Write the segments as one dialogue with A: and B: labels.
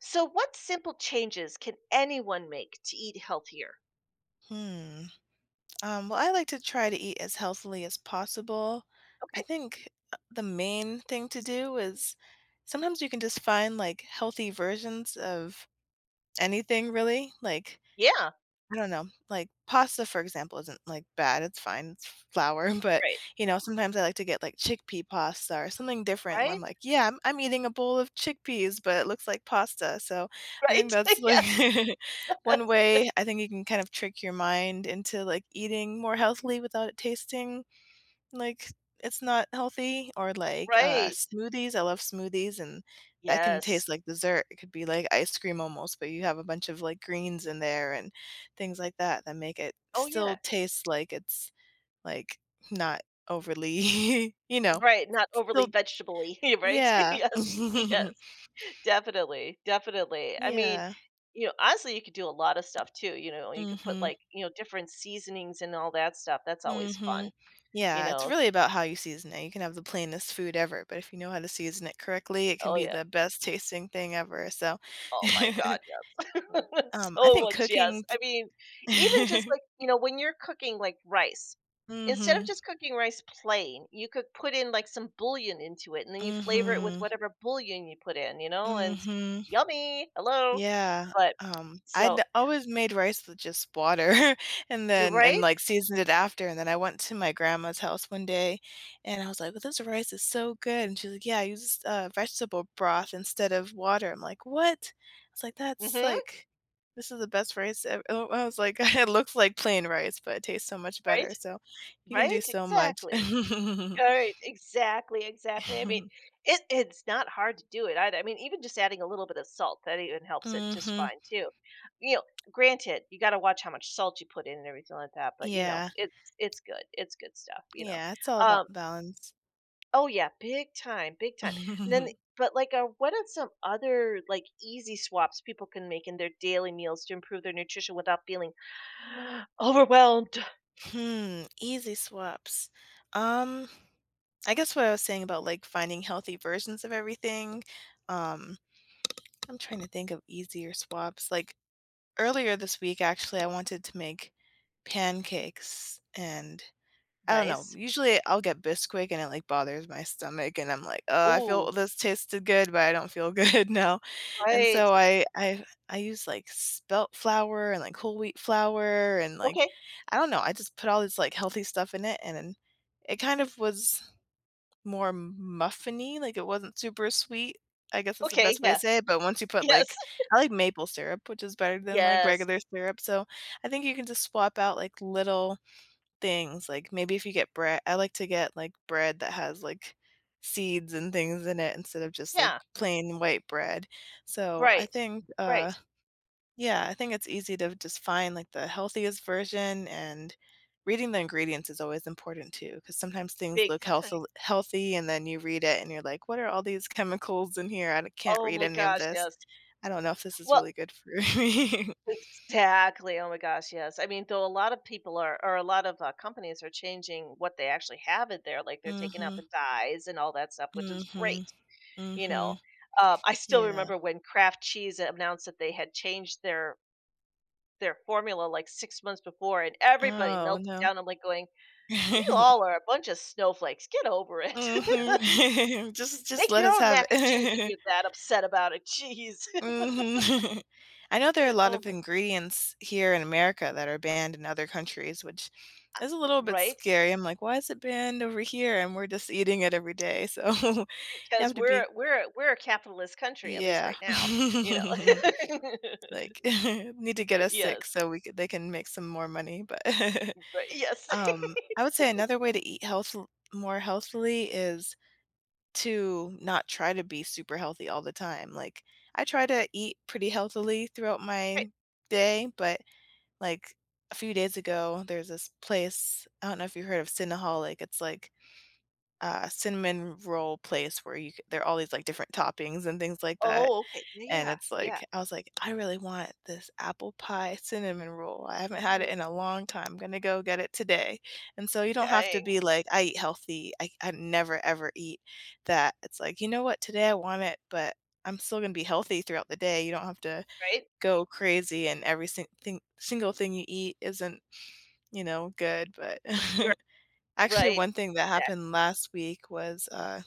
A: So, what simple changes can anyone make to eat healthier?
B: Hmm. Well, I like to try to eat as healthily as possible. I
A: Okay.
B: think the main thing to do is sometimes you can just find like healthy versions of anything, really. Like
A: Yeah.
B: I don't know, like, pasta, for example, isn't, like, bad, it's fine, it's flour, but,
A: Right.
B: sometimes I like to get, like, chickpea pasta or something different where I'm
A: Right.
B: like, "Yeah, I'm eating a bowl of chickpeas, but it looks like pasta," so I think
A: Right.
B: that's, like,
A: Yes.
B: one way I think you can kind of trick your mind into, like, eating more healthily without it tasting like, it's not healthy or, like,
A: Right.
B: smoothies, I love smoothies, and that can
A: Yes.
B: taste like dessert, it could be like ice cream almost, but you have a bunch of, like, greens in there and things like that that make it
A: Oh,
B: still
A: yeah.
B: taste like it's, like, not overly
A: Right. Not overly
B: still.
A: vegetably. Right.
B: Yeah.
A: Yes. Yes. Definitely. Definitely.
B: Yeah.
A: Honestly, you could do a lot of stuff too. You know, you could put
B: Mhm.
A: like, different seasonings and all that stuff. That's always fun.
B: Mhm.
A: You
B: Yeah, it's
A: know,
B: really about how you season it, you can have the plainest food ever, but if you know how to season it correctly, it can
A: oh,
B: be
A: yeah.
B: the best tasting thing ever, so
A: Oh my god, yes.
B: I
A: So
B: think
A: much, yes.
B: cooking.
A: I mean, even just like, when you're cooking like rice, instead of
B: Mhm.
A: just cooking rice plain, you could put in like some bouillon into it and then you flavor it with
B: Mhm.
A: whatever bouillon you put in, and it's
B: Mhm.
A: yummy. Hello.
B: Yeah,
A: But so,
B: I'd always made rice with just water and
A: you're
B: then and,
A: right?
B: like, seasoned it after, and then I went to my grandma's house one day, and I was like, "Well, this rice is so good," and she's like, "Yeah, I used, vegetable broth instead of water." I'm like, "What?" I was like, "That's,
A: Mhm.
B: like this is the best rice ev" I was like, "It looks like plain rice, but it tastes so much
A: Right?
B: better," so you can
A: Right?
B: do so much.
A: Exactly. All right, exactly, exactly. I mean, it's not hard to do it either. I mean, even just adding a little bit of salt, that even helps it just
B: Mhm.
A: fine too. You know, granted, you got to watch how much salt you put in and everything like that, but you know,
B: Yeah.
A: it's it's good. It's good stuff.
B: Yeah, it's all about
A: Um,
B: balance.
A: oh yeah, big time, big time. And then but like what are some other like easy swaps people can make in their daily meals to improve their nutrition without feeling overwhelmed?
B: Hmm, easy swaps. Um, I guess what I was saying about, like, finding healthy versions of everything, um, I'm trying to think of easier swaps, like, earlier this week, actually, I wanted to make pancakes and I don't know.
A: Nice.
B: Usually, I'll get Bisquick and it, like, bothers my stomach, and I'm like, oh, I
A: Oh,
B: feel this tasted good, but I don't feel good now." And
A: right.
B: so I use, like, spelt flour and, like, whole wheat flour and, like,
A: Okay.
B: I don't know, I just put all this, like, healthy stuff in it, and then it kind of was more muffiny, like, it wasn't super sweet, I guess that's the
A: Okay.
B: best way to
A: Yeah.
B: say it, but once you put,
A: Yes.
B: like I like maple syrup, which is better than, like,
A: Yes.
B: regular syrup, so I think you can just swap out, like, little things, like, maybe if you get bread I like to get, like, bread that has, like, seeds and things in it instead of just, like,
A: Yeah.
B: plain white bread. So, I
A: Right.
B: think,
A: Right.
B: yeah, I think it's easy to just find, like, the healthiest version, and reading the ingredients is always important too. Because sometimes things
A: Big
B: look
A: time.
B: healthil healthy, and then you read it and you're like, "What are all these chemicals in here? I d Can't
A: Oh
B: read
A: my
B: any of
A: gosh,
B: this.
A: yes.
B: I don't know if this is
A: Well,
B: really good for me."
A: exactly. Oh my gosh, yes. I mean, though a lot of people are, or a lot of companies are changing what they actually have in there. Like they're taking out the dyes and all that stuff, which is great.
B: Mhm, mhm,
A: You know,
B: mhm.
A: I still
B: Yeah.
A: remember when Kraft Cheese announced that they had changed their formula like 6 months before, and everybody
B: Oh,
A: melted
B: no.
A: down. I'm like going, "You all are a bunch of snowflakes. Get over it." It's
B: Mhm. Just
A: make
B: let
A: your
B: us
A: own
B: have
A: mac and cheese if
B: it.
A: you're that upset about a cheese.
B: Mhm. I know there are a lot
A: Oh,
B: of
A: my
B: ingredients here in America that are banned in other countries, which is a little bit
A: right?
B: scary. I'm like, "Why is it banned over here and we're just eating it every day?" So, you
A: Because
B: have to
A: we're
B: be
A: we're we're a capitalist country, at least
B: yeah.
A: right now, you know?
B: Like, need to get us sick
A: Yes,
B: so we could they can make some more money, but,
A: right, yes,
B: I would say another way to eat health more healthily is to not try to be super healthy all the time. Like, I try to eat pretty healthily throughout my
A: right.
B: day, but like a few days ago, there's this place. I don't know if you heard of Cinnaholic. It's like a cinnamon roll place where you c- there are all these like different toppings and things like that.
A: Oh, okay.
B: And
A: Yeah,
B: it's
A: yeah,
B: like I was like, "I really want this apple pie cinnamon roll. I
A: yeah.
B: haven't had
A: Mhm.
B: it in a long time. I'm gonna go get it today." And so you don't have to
A: Dang,
B: be like, "I eat healthy. I never ever eat that." It's like, "You know what? Today I want it, but I'm still gonna be healthy throughout the day." You don't have to
A: right?
B: go crazy and every single thing you eat isn't, you know, good, but
A: You're
B: actually
A: right.
B: one thing that
A: Exact
B: happened last week was,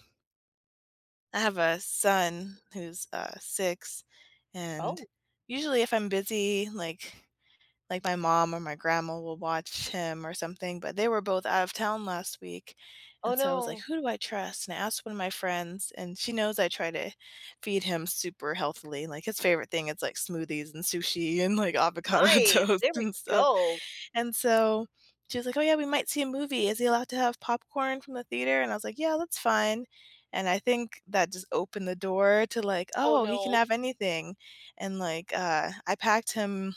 B: I have a son who's, 6, and
A: oh,
B: usually if I'm busy, like my mom or my grandma will watch him or something, but they were both out of town last week,
A: oh,
B: and so I was like,
A: no.
B: "Who do I trust?" And I asked one of my friends, and she knows I try to feed him super healthily, like, his favorite thing is, like, smoothies and sushi and, like, avocado
A: Nice,
B: toast
A: there we
B: and stuff.
A: go.
B: And so she was like, "Oh, yeah, we might see a movie. Is he allowed to have popcorn from the theater?" And I was like, "Yeah, that's fine." And I think that just opened the door to, like,
A: Oh,
B: "Oh, he can
A: no.
B: have anything." And, like, I packed him,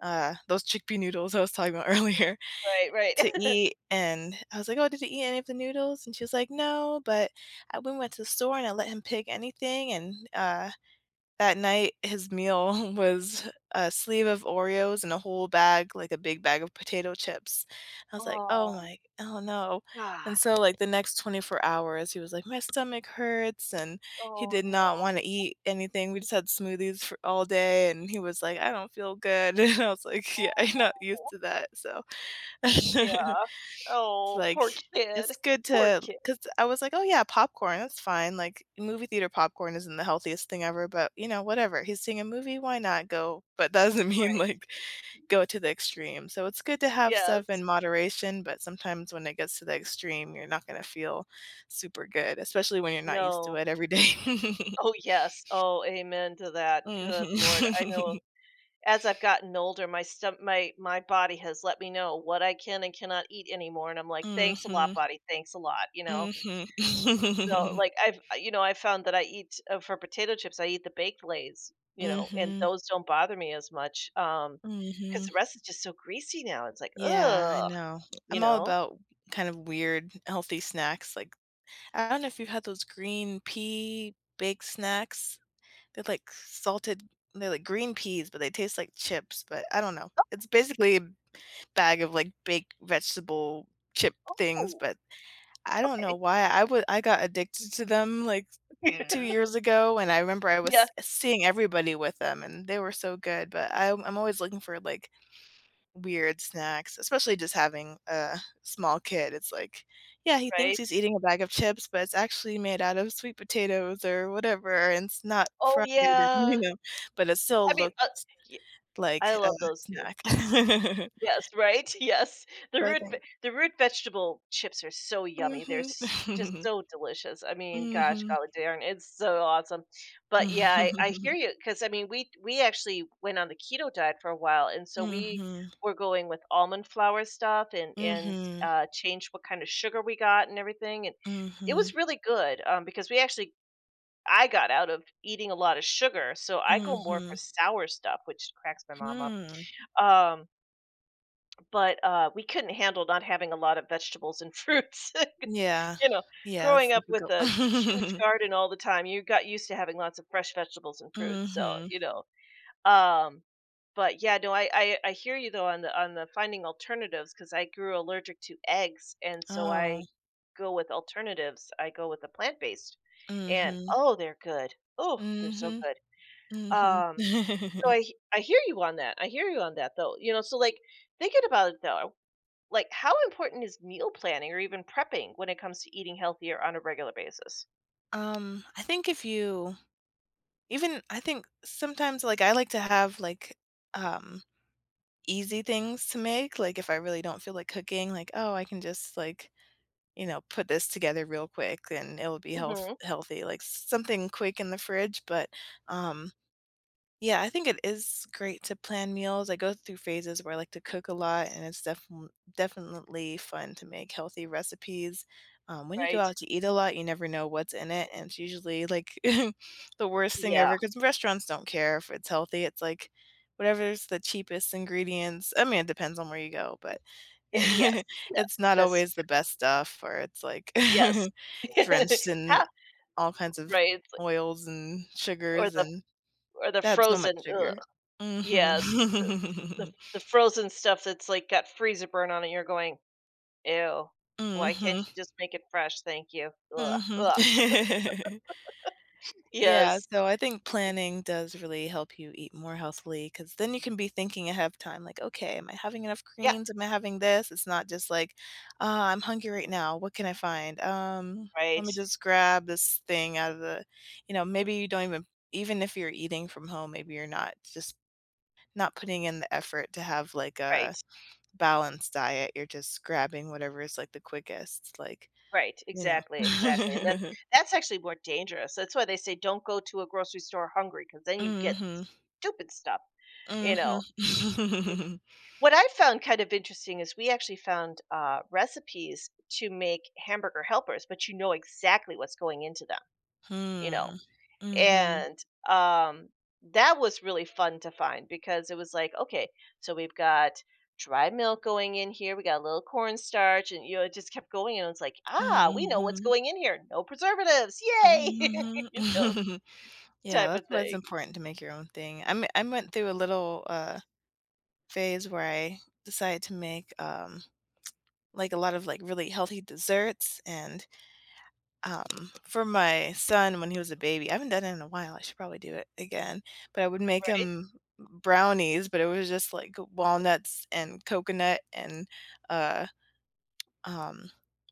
B: those chickpea noodles I was talking about earlier
A: Right, right.
B: to eat, and I was like, "Oh, did you eat any of the noodles?" And she was like, "No, but I we went to the store and I let him pick anything, and, that night, his meal was a sleeve of Oreos and a whole bag, like a big bag of potato chips. I was like, "Oh
A: Oh,
B: my oh no,"
A: god.
B: and so, like, the next 24 hours, he was like, "My stomach hurts," and he
A: Oh,
B: did
A: no.
B: not wanna eat anything. We just had smoothies for all day, and he was like, "I don't feel good," and I was like, "Yeah, I'm not used
A: Oh.
B: to that," so
A: Yeah. Oh,
B: Like,
A: poor kid.
B: it's good
A: Poor
B: to,
A: kid.
B: cause I was like, "Oh, yeah, popcorn, that's fine." Like, movie theater popcorn isn't the healthiest thing ever, but, you know, whatever. He's seeing a movie, why not go? But that doesn't mean,
A: Right.
B: like, go to the extreme. So it's good to have stuff in
A: Yes.
B: moderation, but sometimes when it gets to the extreme, you're not gonna feel super good, especially when you're not used to
A: No.
B: it every day.
A: Oh, yes. Oh, amen to that. Good Lord. I know
B: Mhm.
A: as I've gotten older, my stom my my body has let me know what I can and cannot eat anymore, and I'm like, "Thanks a lot,
B: Mhm.
A: body. Thanks a lot," you know?
B: Mhm.
A: S so, like, I've I you know, I found that I eat for potato chips, I eat the baked Lay's, you know, and
B: Mhm.
A: those don't bother me as much. Because
B: Mhm.
A: the rest is just so greasy now. It's like,
B: Yeah, I
A: "Ugh,"
B: know.
A: you
B: I'm all
A: know?
B: about kind of weird, healthy snacks. Like, I don't know if you've had those green pea baked snacks. They're like salted, they're like green peas, but they taste like chips. But I don't know. It's basically a bag of like baked vegetable chip things.
A: "Oh,
B: But I don't know
A: okay."
B: why I would, I got addicted to them like two years ago. And I remember I
A: Yeah,
B: was seeing everybody with them and they were so good. But I, I'm always looking for like, weird snacks, especially just having a small kid, it's like, yeah, he thinks
A: right.
B: he's eating a bag of chips, but it's actually made out of sweet potatoes or whatever, and it's not
A: Oh,
B: fried, and, you
A: yeah.
B: know, but it
A: I
B: still
A: mean,
B: looked
A: y I
B: like a
A: love those too.
B: snack.
A: Yes, right? Yes. The
B: So I
A: root ve
B: think
A: the root vegetable chips are so yummy. They're
B: mm.
A: s Just
B: Mhm.
A: so delicious. I mean, gosh,
B: mm.
A: golly darn, it's so awesome. But yeah, I hear
B: Mhm.
A: you because I mean, we actually went on the keto diet for a while, and so we
B: mm.
A: were going with almond flour stuff and
B: Mhm.
A: and,
B: mm.
A: uh, changed what kind of sugar we got and everything, and it
B: Mhm.
A: was really good, because we actually I got out of eating a lot of sugar, so
B: mm.
A: I
B: Mhm. mm.
A: go more
B: Mhm.
A: for
B: mm.
A: sour stuff, which cracks my mom up.
B: Hmm.
A: Um, but we couldn't handle not having a lot of vegetables and fruits.
B: Yeah.
A: You know,
B: Yeah,
A: growing
B: it's
A: up with
B: difficult.
A: a huge
B: mm.
A: garden all the time, you got used to having lots of fresh vegetables and fruits, so,
B: Mhm.
A: you know, um, but yeah, no, I hear you though on the finding alternatives because I grew allergic to eggs, and so I
B: Oh.
A: go with alternatives. I go with the plant-based,
B: mm.
A: and,
B: Mhm.
A: oh, they're good. Oh, they're so
B: mm.
A: good.
B: Mhm. Mhm.
A: Um, so I hear you on that. I hear you on that though. You know, so like thinking about it though, like how important is meal planning or even prepping when it comes to eating healthier on a regular basis?
B: I think if you even I think sometimes, like, I like to have, like, um, easy things to make, like, if I really don't feel like cooking, like, "Oh, I can just, like, you know, put this together real quick, and it'll be health
A: Hmm.
B: healthy," like, something quick in the fridge, but, um yeah, I think it is great to plan meals. I go through phases where I like to cook a lot, and it's definitely fun to make healthy recipes. When you go
A: Right.
B: out to eat a lot, you never know what's in it, and it's usually like the worst thing
A: Yeah.
B: ever because restaurants don't care if it's healthy. It's like whatever's the cheapest ingredients. I mean, it depends on where you go, but
A: Y- yes.
B: it's
A: Yes.
B: not
A: That's
B: always the
A: true.
B: best stuff, or it's like
A: Yes.
B: drenched in
A: Half
B: all kinds of
A: right. It's like-
B: oils and
A: Or
B: sugars
A: the
B: and
A: or the
B: that's so much
A: frozen. Ugh.
B: sugar.
A: Yes. The
B: Mhm.
A: the frozen stuff that's like got freezer burn on it. You're going ew. Why can't you
B: Mhm.
A: just make it fresh? Thank you. Ugh.
B: Mhm.
A: Ugh.
B: Yeah,
A: Yes.
B: so I think planning does really help you eat more healthily because then you can be thinking ahead of time, like, "Okay, am I having enough
A: Yeah.
B: greens? Am I having this?" It's not just like, "Ah, I'm hungry right now. What can I find? Let
A: Right.
B: me just grab this thing out of the" you know, maybe you don't even if you're eating from home, maybe you're not putting in the effort to have, like,
A: Right,
B: a balanced diet, you're just grabbing whatever is, like, the quickest, like,
A: right,
B: you know.
A: exactly, exactly, and that's that's actually more dangerous. That's why they say don't go to a grocery store hungry because then you get
B: Mhm.
A: stupid stuff, you
B: Mhm.
A: know? What I found kind of interesting is we actually found, recipes to make hamburger helpers, but you know exactly what's going into them, you know?
B: Hmm. Mhm.
A: And um that was really fun to find because it was like, okay, so we've got dry milk going in here, we got a little cornstarch, and you know, it just kept going and it's like, ah, we know what's
B: mm
A: going in here. No preservatives. Yay!
B: Mhm.
A: You know,
B: Mhm. Yeah,
A: type of
B: that's why it's
A: thing.
B: important to make your own thing. I went through a little, phase where I decided to make, like, a lot of, like, really healthy desserts and for my son when he was a baby. I haven't done it in a while. I should probably do it again. But I would make
A: Right?
B: him brownies, but it was just like walnuts and coconut and uh, um,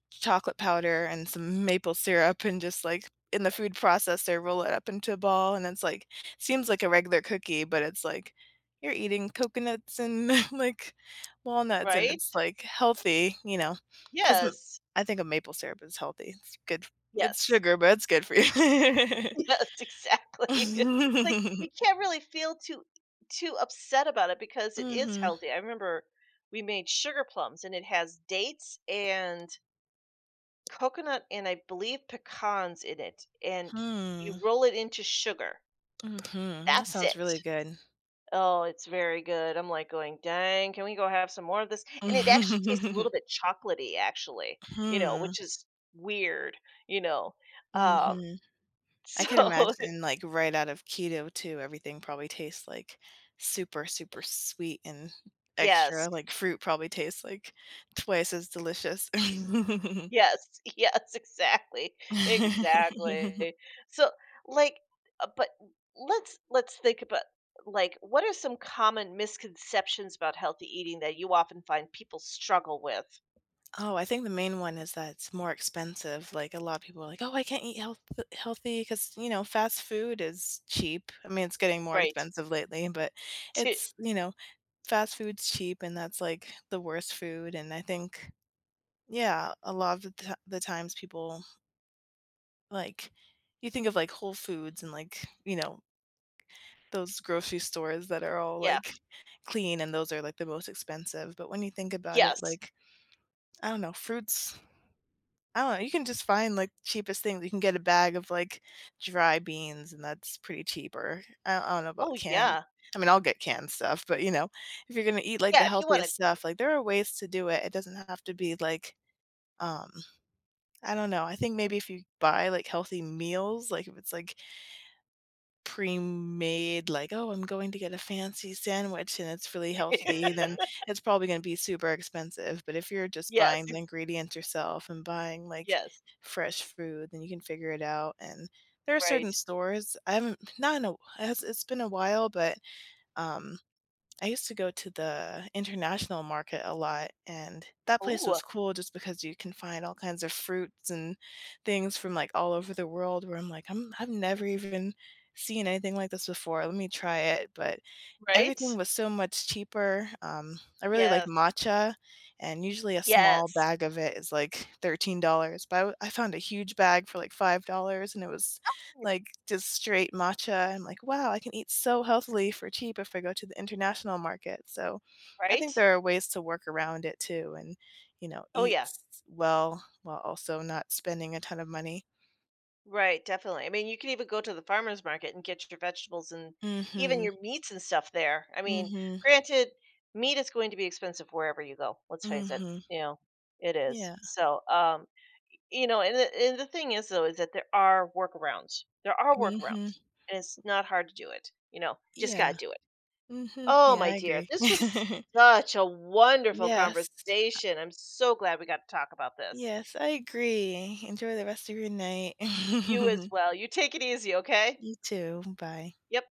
B: chocolate powder and some maple syrup and just, like, in the food processor, roll it up into a ball, and it's, like, seems like a regular cookie, but it's, like, you're eating coconuts and, like, walnuts, and
A: Right?
B: it's, like, healthy, you know? Because
A: Yes.
B: I think a maple syrup is healthy. It's good, it's
A: Yes.
B: sugar, but it's good for you.
A: Yes, exactly. It's like you can't really feel too upset about it because it is
B: Mhm.
A: healthy. I remember we made sugar plums and it has dates and coconut and I believe pecans in it, and you
B: Hmm.
A: roll it into sugar.
B: Mhm. That
A: That's
B: sounds really
A: it.
B: good.
A: Oh, it's very good. I'm like going, dang, can we go have some more of this? And it actually tastes a little bit chocolatey, actually, you know,
B: Hmm.
A: which is weird, you know. Um,
B: Mhm. I could
A: so
B: imagine, like, right out of keto too, everything probably tastes, like, super, super sweet and
A: yes,
B: extra, like, fruit probably tastes, like, twice as delicious.
A: Yes, yes, exactly, exactly. So, like, but let's think about like what are some common misconceptions about healthy eating that you often find people struggle with?
B: Oh, I think the main one is that it's more expensive, like, a lot of people are like, "Oh, I can't eat healthy because you know, fast food is cheap." I mean, it's getting more
A: Right.
B: expensive lately, but
A: To
B: it's, you know, fast food's cheap and that's, like, the worst food, and I think, yeah, a lot of the times people, like, you think of, like, Whole Foods and, like, you know, those grocery stores that are all,
A: yeah,
B: like, clean, and those are, like, the most expensive, but when you think about it,
A: yes.
B: like, I don't know, fruits, I don't know, you can just find, like, cheapest things. You can get a bag of, like, dry beans, and that's pretty cheap, or I don't know about
A: Oh
B: canned.
A: yeah,
B: I mean, I'll get canned stuff, but, you know, if you're gonna eat, like,
A: yeah.
B: the
A: If you want to,
B: healthiest stuff, like, there are ways to do it. It doesn't have to be, like, um I don't know. I think maybe if you buy, like, healthy meals, like, if it's, like, pre-made, like, "Oh, I'm going to get a fancy sandwich and it's really healthy," then it's probably gonna be super expensive, but if you're just
A: yes,
B: buying the
A: ex-
B: ingredients yourself and buying, like,
A: yes,
B: fresh food, then you can figure it out, and there are
A: right.
B: certain stores I haven't, not in a, it's been a while, but, um, I used to go to the international market a lot, and that place
A: Oh,
B: was cool just because you can find all kinds of fruits and things from, like, all over the world where I'm like, "I'm I've never even seen anything like this before. Let me try it," but
A: right.
B: everything was so much cheaper, I really like
A: Yes,
B: matcha, and usually a small
A: yes,
B: bag of it is, like, $13, but I found a huge bag for, like, $5, and it was, like, just straight matcha. I'm like, "Wow, I can eat so healthily for cheap if I go to the international market." So, I think
A: right.
B: there are ways to work around it too and, you know,
A: Oh
B: eat
A: yeah.
B: s well while also not spending a ton of money.
A: Right, definitely. I mean, you could even go to the farmer's market and get your vegetables and even
B: Mhm.
A: your meats and stuff there. I
B: mm
A: mean,
B: Mhm.
A: granted, meat is going to be expensive wherever you go. Let's face it,
B: Mhm.
A: you know, it is.
B: Yeah.
A: So, you know, and the thing is though is that there are workarounds. There are workarounds,
B: Mhm.
A: and it's not hard to do it. You know, just gotta
B: Yeah.
A: do it.
B: Mhm.
A: Oh
B: Yeah,
A: my
B: I
A: dear,
B: agree.
A: this was such a wonderful
B: Yes.
A: conversation. I'm so glad we got to talk about this.
B: Yes, I agree. Enjoy the rest of your night.
A: You as well. You take it easy, okay?
B: You too. Bye.
A: Yep.